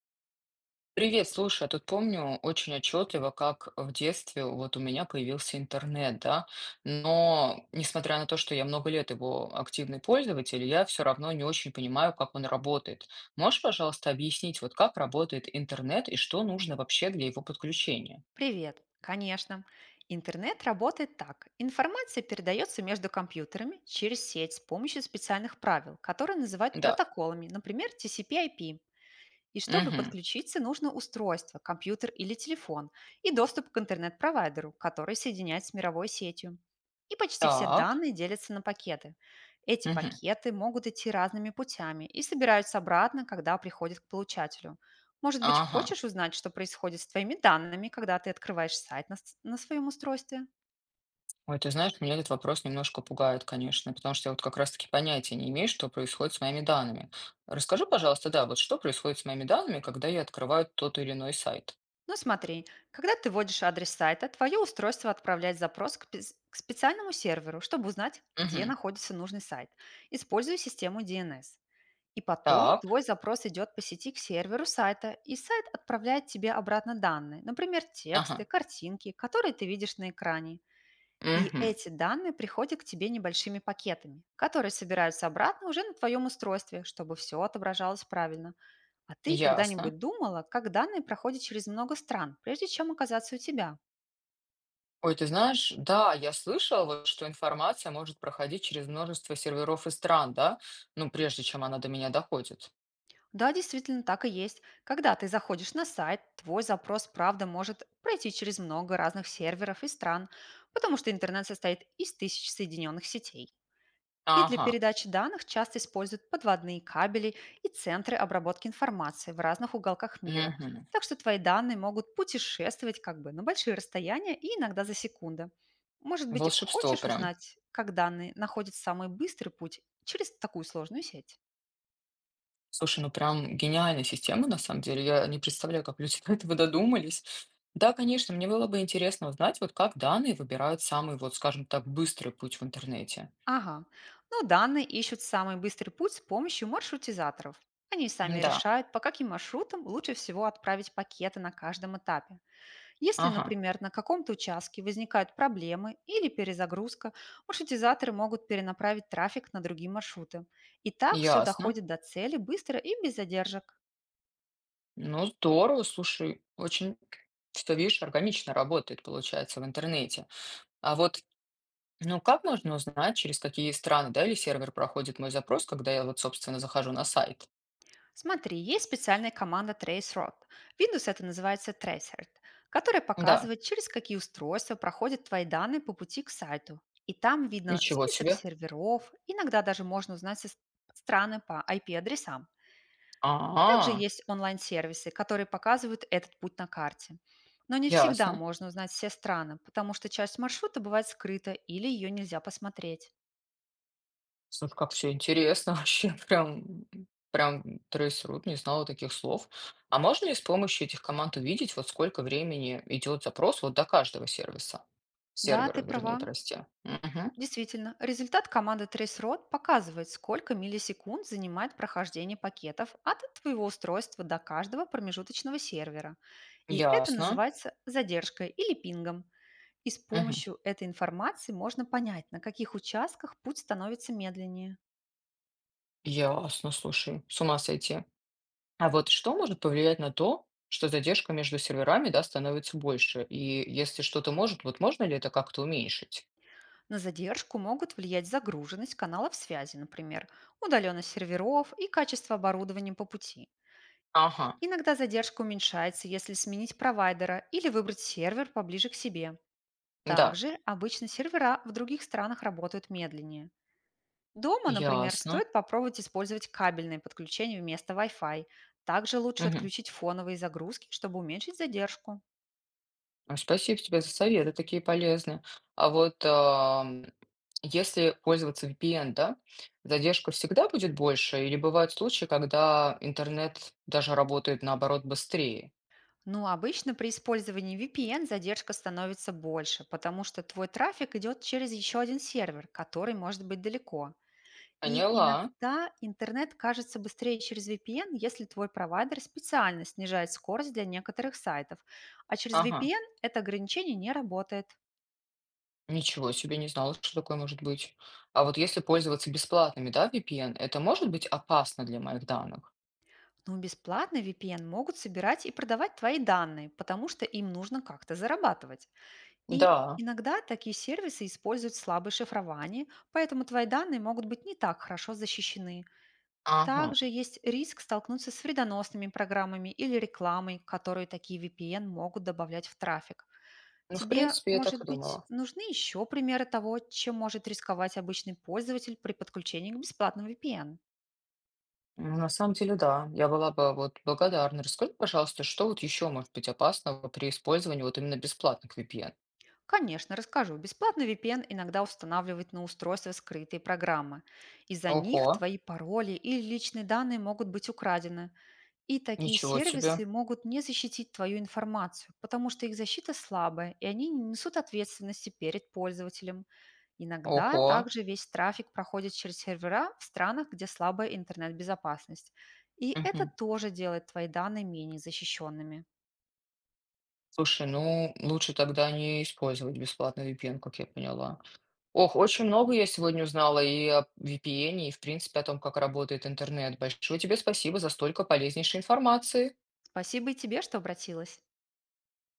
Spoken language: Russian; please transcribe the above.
Привет, слушай, я тут помню очень отчетливо, как в детстве вот у меня появился интернет, да, но несмотря на то, что я много лет его активный пользователь, я все равно не очень понимаю, как он работает. Можешь, пожалуйста, объяснить, вот как работает интернет и что нужно вообще для его подключения? Привет! Конечно. Интернет работает так. Информация передается между компьютерами через сеть с помощью специальных правил, которые называют Да. протоколами, например, TCP/IP. И чтобы Угу. подключиться, нужно устройство, компьютер или телефон и доступ к интернет-провайдеру, который соединяет с мировой сетью. И почти все Так. данные делятся на пакеты. Эти Угу. пакеты могут идти разными путями и собираются обратно, когда приходят к получателю. Может быть, Ага. хочешь узнать, что происходит с твоими данными, когда ты открываешь сайт на своем устройстве? Ой, ты знаешь, меня этот вопрос немножко пугает, конечно, потому что я вот как раз-таки понятия не имею, что происходит с моими данными. Расскажи, пожалуйста, да, вот что происходит с моими данными, когда я открываю тот или иной сайт? Ну смотри, когда ты вводишь адрес сайта, твое устройство отправляет запрос к специальному серверу, чтобы узнать, где Мгм. находится нужный сайт, используя систему DNS. И потом Так, твой запрос идет по сети к серверу сайта, и сайт отправляет тебе обратно данные, например, тексты, ага, картинки, которые ты видишь на экране. И мгм. эти данные приходят к тебе небольшими пакетами, которые собираются обратно уже на твоем устройстве, чтобы все отображалось правильно. А ты Ясно. когда-нибудь думала, как данные проходят через много стран, прежде чем оказаться у тебя? Ой, ты знаешь, да, я слышала, вот, что информация может проходить через множество серверов и стран, да, ну, прежде чем она до меня доходит. Да, действительно, так и есть. Когда ты заходишь на сайт, твой запрос, правда, может пройти через много разных серверов и стран, потому что интернет состоит из тысяч соединенных сетей. И для Ага, передачи данных часто используют подводные кабели и центры обработки информации в разных уголках мира. мгм. Так что твои данные могут путешествовать как бы на большие расстояния и иногда за секунды. Может быть, Волшебство хочешь прям. узнать, как данные находят самый быстрый путь через такую сложную сеть? Слушай, ну прям гениальная система, на самом деле. Я не представляю, как люди до этого додумались. Да, конечно, мне было бы интересно узнать, вот как данные выбирают самый, вот скажем так, быстрый путь в интернете. Ага. Ну, данные ищут самый быстрый путь с помощью маршрутизаторов. Они сами Да, решают, по каким маршрутам лучше всего отправить пакеты на каждом этапе. Если, ага, например, на каком-то участке возникают проблемы или перезагрузка, маршрутизаторы могут перенаправить трафик на другие маршруты. И так все ясно. доходит до цели быстро и без задержек. Ну, здорово, слушай, очень, что видишь, органично работает, получается, в интернете. А вот, ну, как можно узнать, через какие страны, да, или сервер проходит мой запрос, когда я вот, собственно, захожу на сайт? Смотри, есть специальная команда TraceRoute. В Windows это называется Traceroute, которая Да, показывает, через какие устройства проходят твои данные по пути к сайту. И там видно ничего список себе. серверов, иногда даже можно узнать страны по IP-адресам. Также А, есть онлайн-сервисы, которые показывают этот путь на карте. Но не всегда ясно. можно узнать все страны, потому что часть маршрута бывает скрыта или ее нельзя посмотреть. Слушай, как все интересно вообще, прям, прям трясёт, не знала таких слов. А можно ли с помощью этих команд увидеть, вот сколько времени идет запрос вот до каждого сервиса? Да, Сервера, ты вернее, права. прости. Мгм. Действительно, результат команды Traceroad показывает, сколько миллисекунд занимает прохождение пакетов от твоего устройства до каждого промежуточного сервера. И это Ясно. называется задержкой или пингом. И с Мгм. помощью этой информации можно понять, на каких участках путь становится медленнее. Ясно, слушай, с ума сойти. А вот что может повлиять на то, что задержка между серверами, да, становится больше? И если что-то может, вот можно ли это как-то уменьшить? На задержку могут влиять загруженность каналов связи, например, удаленность серверов и качество оборудования по пути. Ага, Иногда задержка уменьшается, если сменить провайдера или выбрать сервер поближе к себе. да, Также обычно сервера в других странах работают медленнее. Дома, например, ясно. стоит попробовать использовать кабельное подключение вместо Wi-Fi. Также лучше Мгм. отключить фоновые загрузки, чтобы уменьшить задержку. А, спасибо тебе за советы, такие полезные. А вот если пользоваться VPN, да, задержка всегда будет больше, или бывают случаи, когда интернет даже работает наоборот быстрее? Ну, обычно при использовании VPN задержка становится больше, потому что твой трафик идет через еще один сервер, который может быть далеко. И Поняла. иногда интернет кажется быстрее через VPN, если твой провайдер специально снижает скорость для некоторых сайтов. А через Ага. VPN это ограничение не работает. Ничего себе, не знала, что такое может быть. А вот если пользоваться бесплатными, да, VPN, это может быть опасно для моих данных? Но бесплатно VPN могут собирать и продавать твои данные, потому что им нужно как-то зарабатывать. И Да. иногда такие сервисы используют слабое шифрование, поэтому твои данные могут быть не так хорошо защищены. Ага. Также есть риск столкнуться с вредоносными программами или рекламой, которые такие VPN могут добавлять в трафик. Ну, в Тебе, принципе, я так может и быть, думала. нужны еще примеры того, чем может рисковать обычный пользователь при подключении к бесплатному VPN? Ну, на самом деле, да, я была бы вот благодарна. Расскажи, пожалуйста, что вот еще может быть опасного при использовании вот именно бесплатных VPN? Конечно, расскажу. Бесплатный VPN иногда устанавливает на устройство скрытые программы. Из-за них Ого, твои пароли или личные данные могут быть украдены. И такие ничего себе. сервисы могут не защитить твою информацию, потому что их защита слабая, и они не несут ответственности перед пользователем. Иногда Ого. также весь трафик проходит через сервера в странах, где слабая интернет-безопасность. И это Мгм. тоже делает твои данные менее защищенными. Слушай, ну лучше тогда не использовать бесплатный VPN, как я поняла. Ох, очень много я сегодня узнала и о VPN, и в принципе о том, как работает интернет. Большое тебе спасибо за столько полезнейшей информации. Спасибо и тебе, что обратилась.